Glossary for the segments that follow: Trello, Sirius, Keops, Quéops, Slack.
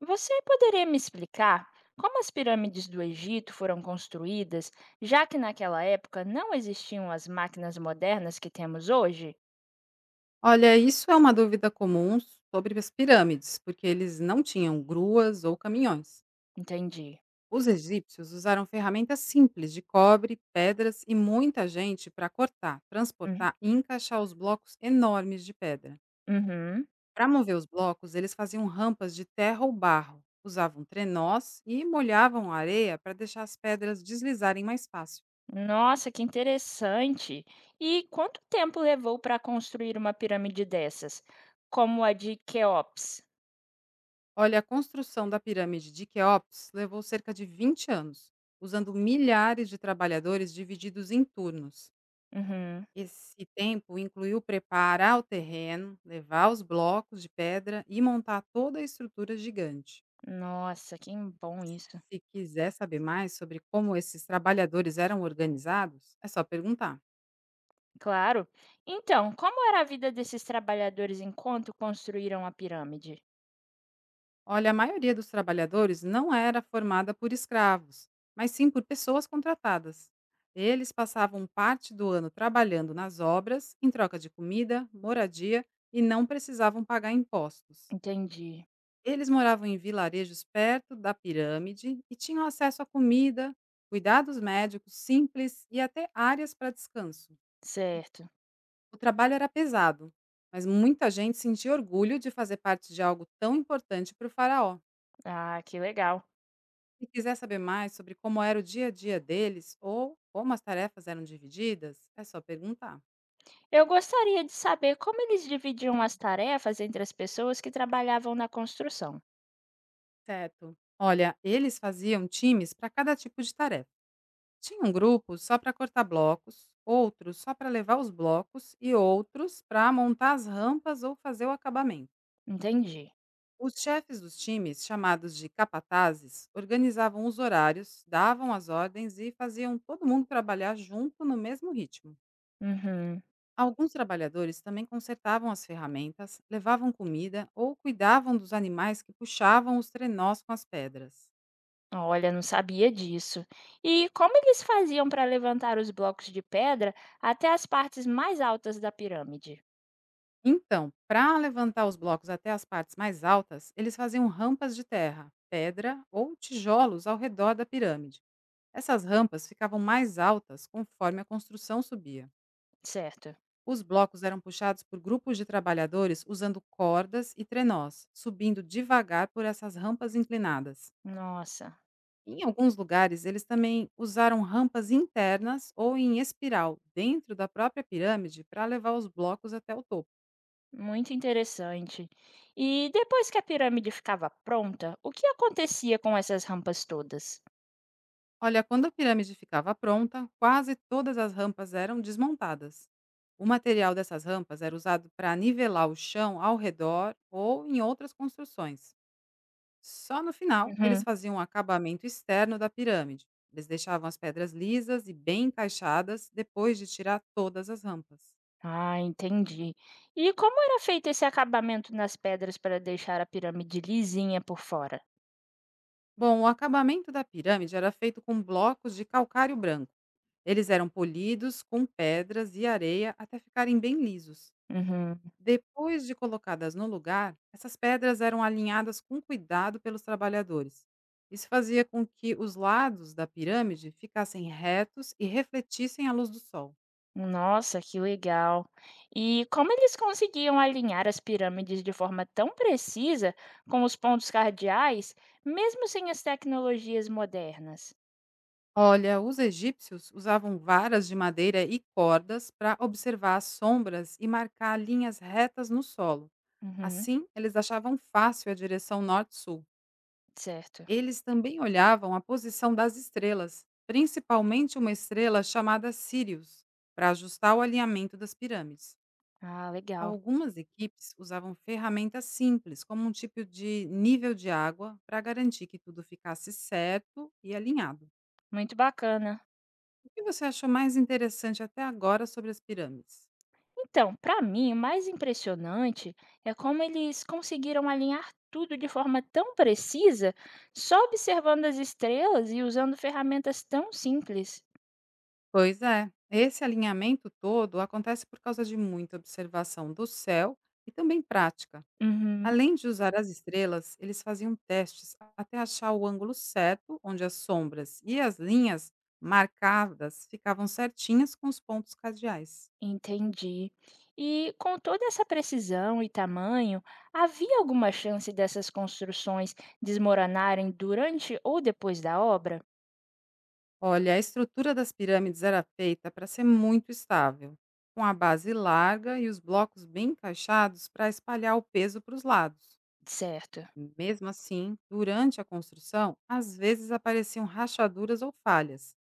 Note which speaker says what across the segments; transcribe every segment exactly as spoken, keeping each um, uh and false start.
Speaker 1: Você poderia me explicar como as pirâmides do Egito foram construídas, já que naquela época não existiam as máquinas modernas que temos hoje?
Speaker 2: Olha, isso é uma dúvida comum sobre as pirâmides, porque eles não tinham gruas ou caminhões.
Speaker 1: Entendi.
Speaker 2: Os egípcios usaram ferramentas simples de cobre, pedras e muita gente para cortar,
Speaker 1: Hum,
Speaker 2: transportar e encaixar os blocos enormes de pedra.
Speaker 1: Uhum.
Speaker 2: Para mover os blocos, eles faziam rampas de terra ou barro, usavam trenós e molhavam a areia para deixar as pedras deslizarem mais fácil.
Speaker 1: Nossa, que interessante! E quanto tempo levou para construir uma pirâmide dessas, como a de Keops?
Speaker 2: Olha, a construção da pirâmide de Quéops levou cerca de vinte anos, usando milhares de trabalhadores divididos em turnos.
Speaker 1: Uhum.
Speaker 2: Esse tempo incluiu preparar o terreno, levar os blocos de pedra e montar toda a estrutura gigante.
Speaker 1: Nossa, que bom isso.
Speaker 2: Se quiser saber mais sobre como esses trabalhadores eram organizados, é só perguntar.
Speaker 1: Claro. Então, como era a vida desses trabalhadores enquanto construíram a pirâmide?
Speaker 2: Olha, a maioria dos trabalhadores não era formada por escravos, mas sim por pessoas contratadas. Eles passavam parte do ano trabalhando nas obras, em troca de comida, moradia e não precisavam pagar impostos.
Speaker 1: Entendi.
Speaker 2: Eles moravam em vilarejos perto da pirâmide e tinham acesso a comida, cuidados médicos simples e até áreas para descanso.
Speaker 1: Certo.
Speaker 2: O trabalho era pesado, mas muita gente sentia orgulho de fazer parte de algo tão importante para o faraó.
Speaker 1: Ah, que legal.
Speaker 2: Se quiser saber mais sobre como era o dia a dia deles ou como as tarefas eram divididas, é só perguntar.
Speaker 1: Eu gostaria de saber como eles dividiam as tarefas entre as pessoas que trabalhavam na construção.
Speaker 2: Certo. Olha, eles faziam times para cada tipo de tarefa. Tinha um grupo só para cortar blocos, outros só para levar os blocos e outros para montar as rampas ou fazer o acabamento.
Speaker 1: Entendi.
Speaker 2: Os chefes dos times, chamados de capatazes, organizavam os horários, davam as ordens e faziam todo mundo trabalhar junto no mesmo ritmo.
Speaker 1: Uhum.
Speaker 2: Alguns trabalhadores também consertavam as ferramentas, levavam comida ou cuidavam dos animais que puxavam os trenós com as pedras.
Speaker 1: Olha, não sabia disso. E como eles faziam para levantar os blocos de pedra até as partes mais altas da pirâmide?
Speaker 2: Então, para levantar os blocos até as partes mais altas, eles faziam rampas de terra, pedra ou tijolos ao redor da pirâmide. Essas rampas ficavam mais altas conforme a construção subia.
Speaker 1: Certo.
Speaker 2: Os blocos eram puxados por grupos de trabalhadores usando cordas e trenós, subindo devagar por essas rampas inclinadas.
Speaker 1: Nossa,
Speaker 2: Em alguns lugares, eles também usaram rampas internas ou em espiral dentro da própria pirâmide para levar os blocos até o topo.
Speaker 1: muito interessante. E depois que a pirâmide ficava pronta, o que acontecia com essas rampas todas?
Speaker 2: Olha, quando a pirâmide ficava pronta, quase todas as rampas eram desmontadas. O material dessas rampas era usado para nivelar o chão ao redor ou em outras construções. Só no final, eles faziam um acabamento externo da pirâmide. Eles deixavam as pedras lisas e bem encaixadas depois de tirar todas as rampas.
Speaker 1: Ah, entendi. E como era feito esse acabamento nas pedras para deixar a pirâmide lisinha por fora?
Speaker 2: Bom, o acabamento da pirâmide era feito com blocos de calcário branco. Eles eram polidos com pedras e areia até ficarem bem lisos.
Speaker 1: Uhum.
Speaker 2: Depois de colocadas no lugar, essas pedras eram alinhadas com cuidado pelos trabalhadores. Isso fazia com que os lados da pirâmide ficassem retos e refletissem a luz do sol.
Speaker 1: Nossa, que legal. E como eles conseguiam alinhar as pirâmides de forma tão precisa com os pontos cardeais, mesmo sem as tecnologias modernas?
Speaker 2: Olha, os egípcios usavam varas de madeira e cordas para observar as sombras e marcar linhas retas no solo.
Speaker 1: Uhum,
Speaker 2: Assim, eles achavam fácil a direção norte-sul.
Speaker 1: certo.
Speaker 2: Eles também olhavam a posição das estrelas, principalmente uma estrela chamada Sirius, para ajustar o alinhamento das pirâmides.
Speaker 1: Ah, legal.
Speaker 2: Algumas equipes usavam ferramentas simples, como um tipo de nível de água, para garantir que tudo ficasse certo e alinhado.
Speaker 1: Muito bacana.
Speaker 2: O que você achou mais interessante até agora sobre as pirâmides?
Speaker 1: Então, para mim, o mais impressionante é como eles conseguiram alinhar tudo de forma tão precisa, só observando as estrelas e usando ferramentas tão simples.
Speaker 2: Pois é, esse alinhamento todo acontece por causa de muita observação do céu e também prática.
Speaker 1: Uhum,
Speaker 2: Além de usar as estrelas, eles faziam testes até achar o ângulo certo, onde as sombras e as linhas marcadas ficavam certinhas com os pontos cardeais.
Speaker 1: entendi. E com toda essa precisão e tamanho, havia alguma chance dessas construções desmoronarem durante ou depois da obra?
Speaker 2: Olha, a estrutura das pirâmides era feita para ser muito estável, com a base larga e os blocos bem encaixados para espalhar o peso para os lados.
Speaker 1: Certo.
Speaker 2: Mesmo assim, durante a construção, às vezes apareciam rachaduras ou falhas.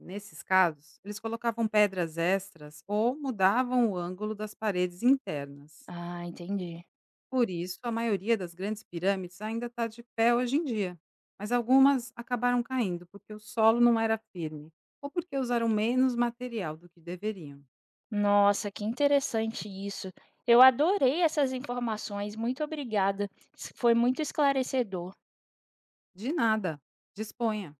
Speaker 2: Nesses casos, eles colocavam pedras extras ou mudavam o ângulo das paredes internas.
Speaker 1: Ah, entendi.
Speaker 2: Por isso, a maioria das grandes pirâmides ainda está de pé hoje em dia, mas algumas acabaram caindo porque o solo não era firme ou porque usaram menos material do que deveriam.
Speaker 1: Nossa, que interessante isso. Eu adorei essas informações, muito obrigada. Isso foi muito esclarecedor.
Speaker 2: De nada, disponha!